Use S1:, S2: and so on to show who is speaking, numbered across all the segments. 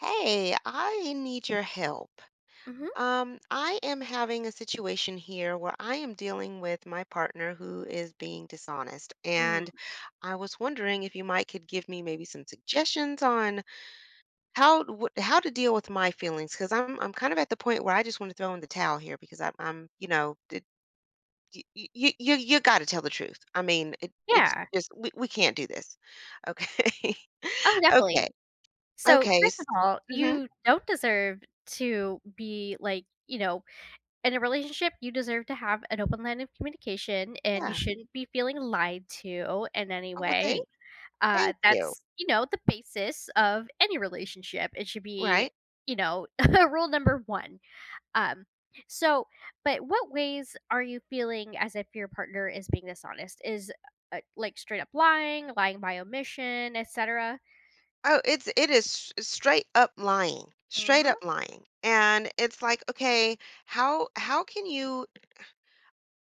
S1: Hey, I need your help.
S2: Mhm.
S1: I am having a situation here where I am dealing with my partner who is being dishonest, and
S2: Mm.
S1: I was wondering if you might could give me maybe some suggestions on how to deal with my feelings because I'm kind of at the point where I just want to throw in the towel here because I'm you know it, you, got to tell the truth. I mean, it's
S2: Yeah.
S1: just we can't do this. Okay.
S2: Oh,
S1: Okay.
S2: definitely. So,
S1: Okay.
S2: first of all,
S1: Mm-hmm.
S2: you don't deserve to be like, in a relationship, you deserve to have an open line of communication and you
S1: Yeah.
S2: shouldn't be feeling lied to in any
S1: Oh, well,
S2: way.
S1: thanks. Thank you.
S2: That's, the basis of any relationship. It should be,
S1: Right.
S2: you know, rule number one. Um, so, but what ways are you feeling as if your partner is being dishonest? Is like straight up lying, lying by omission, etc.
S1: Oh, it's it is s straight
S2: Mhm.
S1: up lying, and it's like, okay, how can you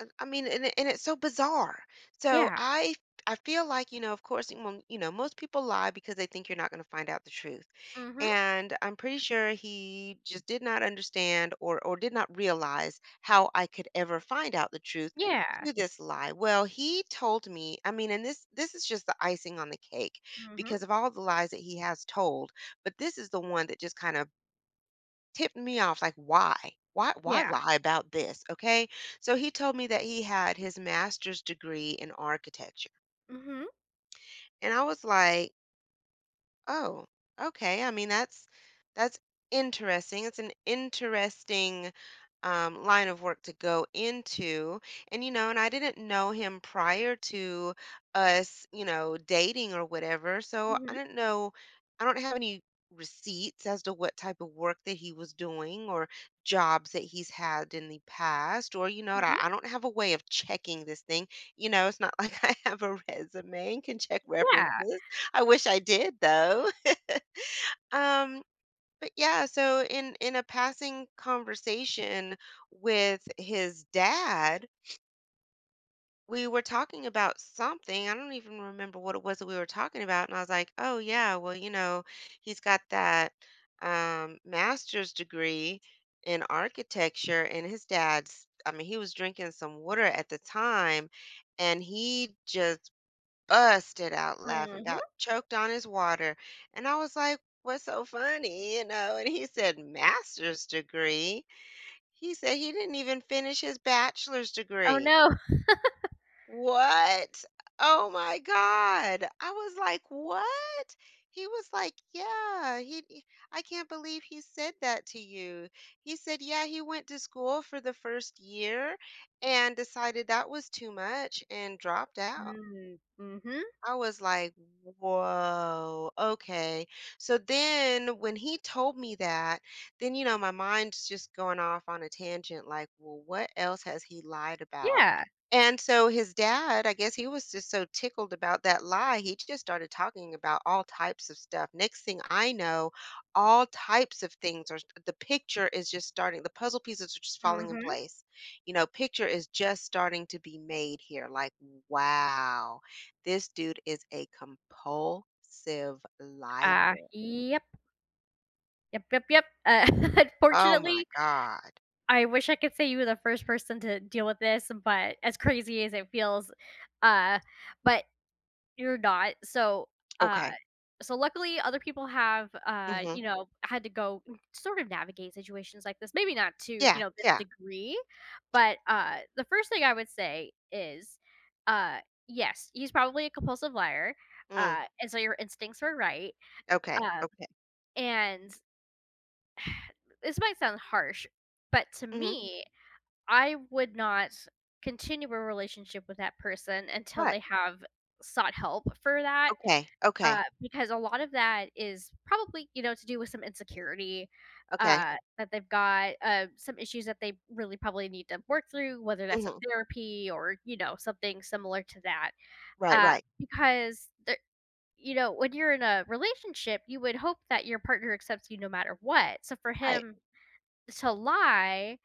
S1: I mean, and it's so bizarre. So
S2: Yeah.
S1: I I feel like, you know, of course, most people lie because they think you're not going to find out the truth.
S2: Mhm.
S1: And I'm pretty sure he just did not understand or did not realize how I could ever find out the truth
S2: Yeah.
S1: to this lie. Well, he told me, I mean, and this is just the icing on the cake
S2: Mhm.
S1: because of all the lies that he has told, but this is the one that just kind of tipped me off like why
S2: Yeah.
S1: lie about this. Okay, so he told me that he had his master's degree in architecture,
S2: Mhm.
S1: and I was like, oh, okay, I mean, that's interesting. It's an interesting line of work to go into. And, you know, and I didn't know him prior to us, you know, dating or whatever. So I
S2: Mhm.
S1: don't know. I don't have any receipts as to what type of work that he was doing or jobs that he's had in the past. Or, you know,
S2: Mhm.
S1: I don't have a way of checking this thing. You know, it's not like I have a resume and can check
S2: Yeah.
S1: references. I wish I did, though. Um, but yeah, so in a passing conversation with his dad, we were talking about something. I don't even remember what it was that we were talking about. And I was like, "Oh yeah, well, you know, he's got that master's degree in architecture." And his dad's, I mean, he was drinking some water at the time and he just busted out laughing,
S2: Mhm.
S1: about choked on his water. And I was like, "What's so funny?" You know, and he said, "Master's degree." He said he didn't even finish his bachelor's
S2: Oh
S1: degree.
S2: no.
S1: What? Oh my God. I was like, "What?" He was like, "Yeah, he I can't believe he said that to you. He said, "Yeah, he went to school for the first year and decided that was too much and dropped out."
S2: Mm, mhm.
S1: I was like, whoa, okay. So then when he told me that, then, you know, my mind's just going off on a tangent like, well, what else has he lied about?
S2: Yeah.
S1: And so his dad, I guess he was just so tickled about that lie. He just started talking about all types of stuff. Next thing I know, all types of things are, the picture is just starting, the puzzle pieces are just falling in
S2: Mhm.
S1: place. You know, picture is just starting to be made here. Like, wow. This dude is a compulsive liar.
S2: Yep. Yep. Yep. Yep.
S1: Oh my
S2: Unfortunately,
S1: god.
S2: I wish I could say you were the first person to deal with this, but as crazy as it feels, uh, but you're not. So, uh
S1: Okay.
S2: luckily other people have
S1: Mhm.
S2: had to go sort of navigate situations like this. Maybe not to,
S1: Yeah,
S2: this
S1: yeah.
S2: degree, but the first thing I would say is uh yes, he's probably a compulsive liar.
S1: Mm,
S2: And so your instincts were right.
S1: okay,
S2: Um
S1: okay.
S2: and this might sound harsh, but to
S1: Mhm.
S2: me, I would not continue a relationship with that person until
S1: Right.
S2: they have sought help for that,
S1: Okay, okay,
S2: because a lot of that is probably, to do with some insecurity,
S1: okay.
S2: that they've got, some issues that they really probably need to work through, whether that's in
S1: Mhm.
S2: therapy or, something similar to that.
S1: Right,
S2: Uh,
S1: right.
S2: because when you're in a relationship, you would hope that your partner accepts you no matter what. So for
S1: Right.
S2: him to lie,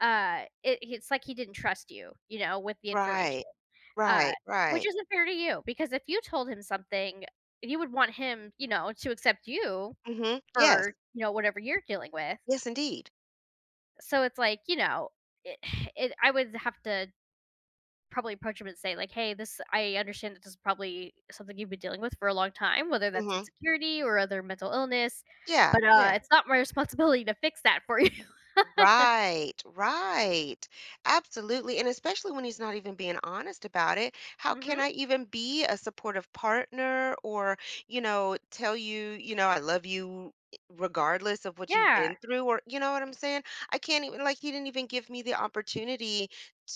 S2: it's like he didn't trust you, with the
S1: Right.
S2: information. Uh,
S1: Right,
S2: which
S1: right.
S2: isn't fair to you, because if you told him something, you would want him, to accept you
S1: Mhm. Yes.
S2: for, whatever you're dealing with.
S1: Yes, indeed.
S2: So it's like, it, it I would have to probably approach him and say like, "Hey, this I understand that this is probably something you've been dealing with for a long time, whether that's
S1: Mhm.
S2: insecurity or other mental illness,
S1: Yeah,
S2: but
S1: yeah.
S2: it's not my responsibility to fix that for you."
S1: Right, right. Absolutely. And especially when he's not even being honest about it, how can
S2: Mhm.
S1: I even be a supportive partner or, tell you, you know, I love you regardless of what you've
S2: Yeah.
S1: been through or you know what I'm saying? I can't even, like, he didn't even give me the opportunity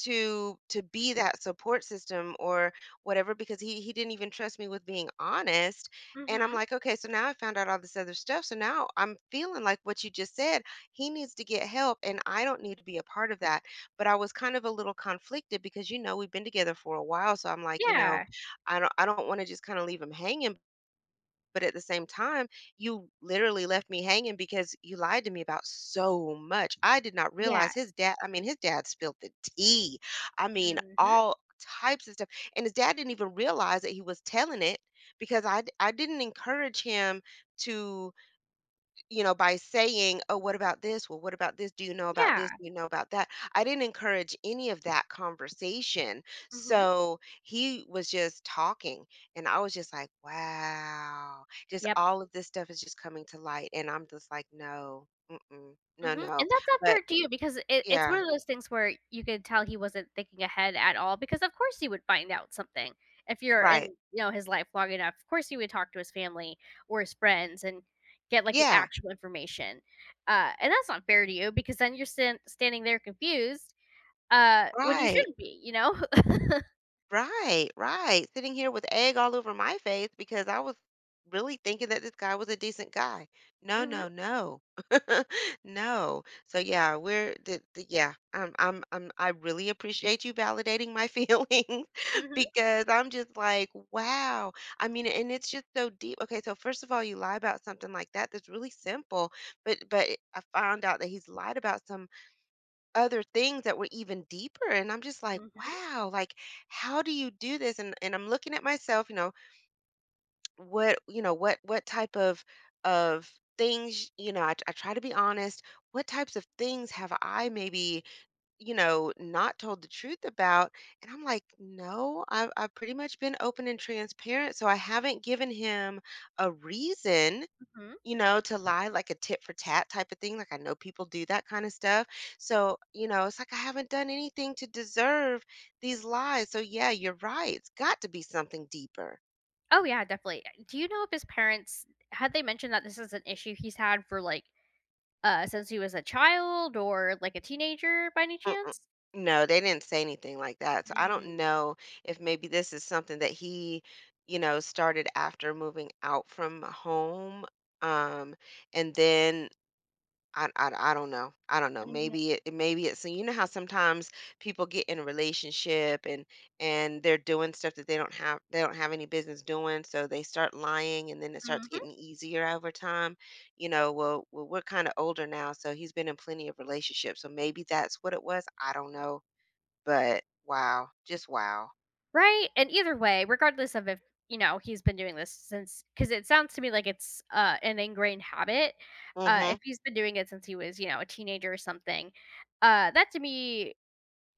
S1: to be that support system or whatever because he didn't even trust me with being honest. And I'm
S2: Mhm.
S1: like, okay, so now I found out all this other stuff. So now I'm feeling like what you just said. He needs to get help and I don't need to be a part of that. But I was kind of a little conflicted because, you know, we've been together for a while, so I'm like, you know,
S2: Yeah.
S1: I don't I don't want to just kind of leave him hanging, but at the same time, you literally left me hanging because you lied to me about so much. I did not realize, his
S2: Yes.
S1: dad, I mean, his dad spilled the tea. I mean,
S2: Mhm.
S1: all types of stuff. And his dad didn't even realize that he was telling it because I didn't encourage him to, by saying, "Oh, what about this? Well, what about this? Do you know about this?
S2: Yeah.
S1: Do you know about that?" I didn't encourage any of that conversation.
S2: Mhm.
S1: So he was just talking. And I was just like, wow, just
S2: Yep.
S1: all of this stuff is just coming to light. And I'm just like, no, mm-mm, no,
S2: Mhm,
S1: no.
S2: and that's not
S1: But
S2: fair to you because it's one
S1: yeah,
S2: of those things where you could tell he wasn't thinking ahead at all because of course he would find out something. If you're in,
S1: right.
S2: you know, his life long enough, of course he would talk to his family or his friends and get, like, the
S1: Yeah,
S2: actual information. And that's not fair to you because then you're standing there confused, when you
S1: right.
S2: shouldn't be, you know?
S1: Right, right. Sitting here with egg all over my face because I was really thinking that this guy was a decent guy. No,
S2: Mhm,
S1: no, no. No. So yeah, we're the yeah, I'm I really appreciate you validating my feelings
S2: mhm,
S1: because I'm just like, wow. I mean, and it's just so deep. Okay, so first of all, you lie about something like that that's really simple, but I found out that he's lied about some other things that were even deeper, and I'm just like,
S2: mhm,
S1: wow. Like, how do you do this? And I'm looking at myself, you know, what type of things, you know, I try to be honest. What types of things have I maybe, you know, not told the truth about? And I'm like, no, I've pretty much been open and transparent, so I haven't given him a reason,
S2: mhm.
S1: you know, to lie, like a tit for tat type of thing. Like, I know people do that kind of stuff. So, you know, it's like, I haven't done anything to deserve these lies. So, yeah, you're right. It's got to be something deeper.
S2: Oh, yeah, definitely. Do you know if his parents had they mentioned that this is an issue he's had for, like, since he was a child or, like, a teenager by any
S1: Mm-mm.
S2: chance?
S1: No, they didn't say anything like that. So I don't
S2: Mm,
S1: know if maybe this is something that he, you know, started after moving out from home. Um, and then I don't know. I don't know.
S2: mhm,
S1: Maybe it's, so you know how sometimes people get in a relationship and they're doing stuff that they don't have any business doing, so they start lying and then it starts
S2: mhm.
S1: getting easier over time. You know, well, we're kind of older now, so he's been in plenty of relationships. So maybe that's what it was. I don't know. But wow, just wow.
S2: Right? And either way, regardless of if, he's been doing this, since, because it sounds to me like it's an ingrained habit.
S1: Mhm.
S2: If he's been doing it since he was, a teenager or something, that to me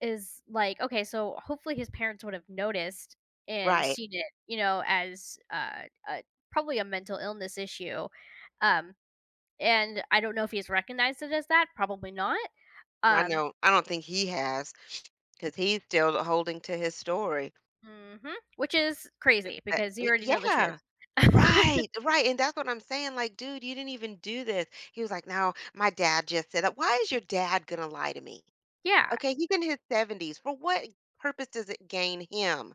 S2: is like, okay, so hopefully his parents would have noticed and
S1: Right.
S2: seen it, asuh, probably a mental illness issue. Um, and I don't know if he's recognized it as that, probably not.
S1: I
S2: Um
S1: know. I don't think he has, cuz he's still holding to his story.
S2: mhm, which is crazy because you already know the
S1: Yeah.
S2: truth.
S1: Right, right, and that's what I'm saying, like, "Dude, you didn't even do this." He was like, "No, my dad just said that." Why is your dad gonna lie to me?
S2: Yeah,
S1: Okay, he's in his 70s. For what purpose does it gain him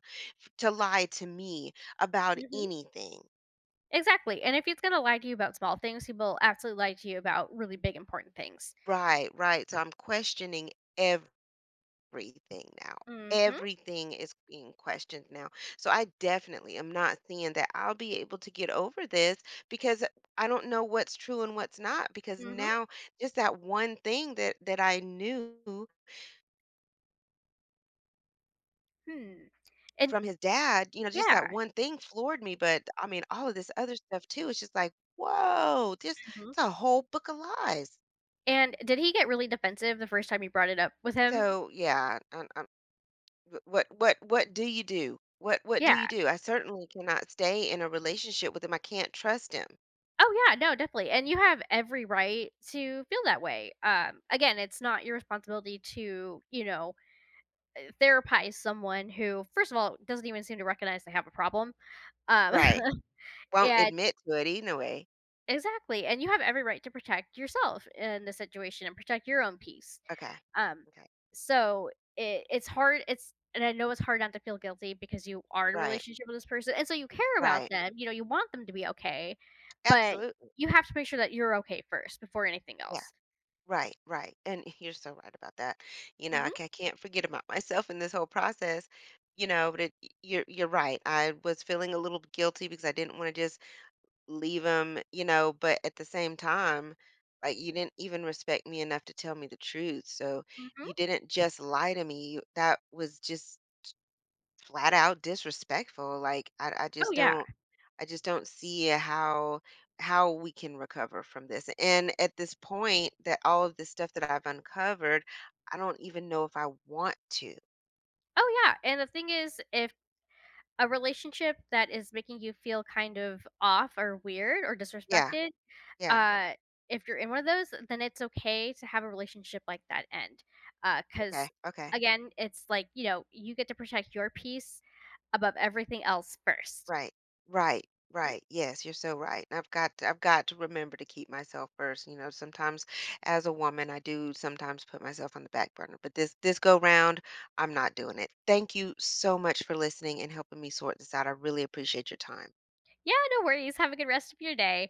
S1: to lie to me about
S2: mhm,
S1: anything?
S2: exactly, and if he's gonna lie to you about small things, he will absolutely lie to you about really big important things.
S1: Right, right, so I'm questioning everything now.
S2: Mhm,
S1: Everything is being questioned now. So I definitely am not seeing that I'll be able to get over this because I don't know what's true and what's not, because
S2: mhm,
S1: now just that one thing that I knew
S2: hmm, and
S1: from his dad, you know, just
S2: yeah,
S1: that one thing floored me, but I mean all of this other stuff too. It's just like, whoa, this,
S2: mhm,
S1: it's a whole book of lies.
S2: and did he get really defensive the first time you brought it up with him?
S1: So yeah, I, Wh what do you do? What do you
S2: Yeah.
S1: do? I certainly cannot stay in a relationship with him, I can't trust him.
S2: Oh, yeah, no, definitely, and you have every right to feel that way. Again, it's not your responsibility to, you know, therapize someone who, first of all, doesn't even seem to recognize they have a problem. Um,
S1: Right. Won't
S2: and
S1: admit to it anyway.
S2: exactly, and you have every right to protect yourself in the situation and protect your own peace.
S1: Okay.
S2: Um,
S1: Okay.
S2: so it's hard. It's and I know it's hard not to feel guilty because you are in a
S1: Right.
S2: relationship with this person, and so you care about
S1: Right.
S2: them. You know, you want them to be okay, but
S1: Absolutely.
S2: you have to make sure that you're okay first before anything
S1: Yeah.
S2: else.
S1: Right, right, and you're so right about that. You know,
S2: Hmm.
S1: I can't forget about myself in this whole process, you know, but it y you're right. I was feeling a little guilty because I didn't wanna just leave him, you know, but at the same time, like, you didn't even respect me enough to tell me the truth. So
S2: Hmm.
S1: you didn't just lie to me. That was just flat out disrespectful. Like, I
S2: Oh
S1: just
S2: yeah.
S1: don't, I just don't see how we can recover from this. And at this point, that all of this stuff that I've uncovered, I don't even know if I want to.
S2: Oh yeah. And the thing is, if a relationship that is making you feel kind of off or weird or
S1: Yeah.
S2: disrespected,
S1: Yeah.
S2: Uh, if you're in one of those, then it's okay to have a relationship like that end,
S1: Okay.
S2: because
S1: Okay.
S2: again, it's like, you know, you get to protect your peace above everything else first.
S1: Right. Right.
S2: Mhm.
S1: Right. Yes, you're so right. I've got to remember to keep myself first. You know, sometimes as a woman, I do sometimes put myself on the back burner, but this go round, I'm not doing it. Thank you so much for listening and helping me sort this out. I really appreciate your time.
S2: Yeah, no worries. Have a good rest of your day.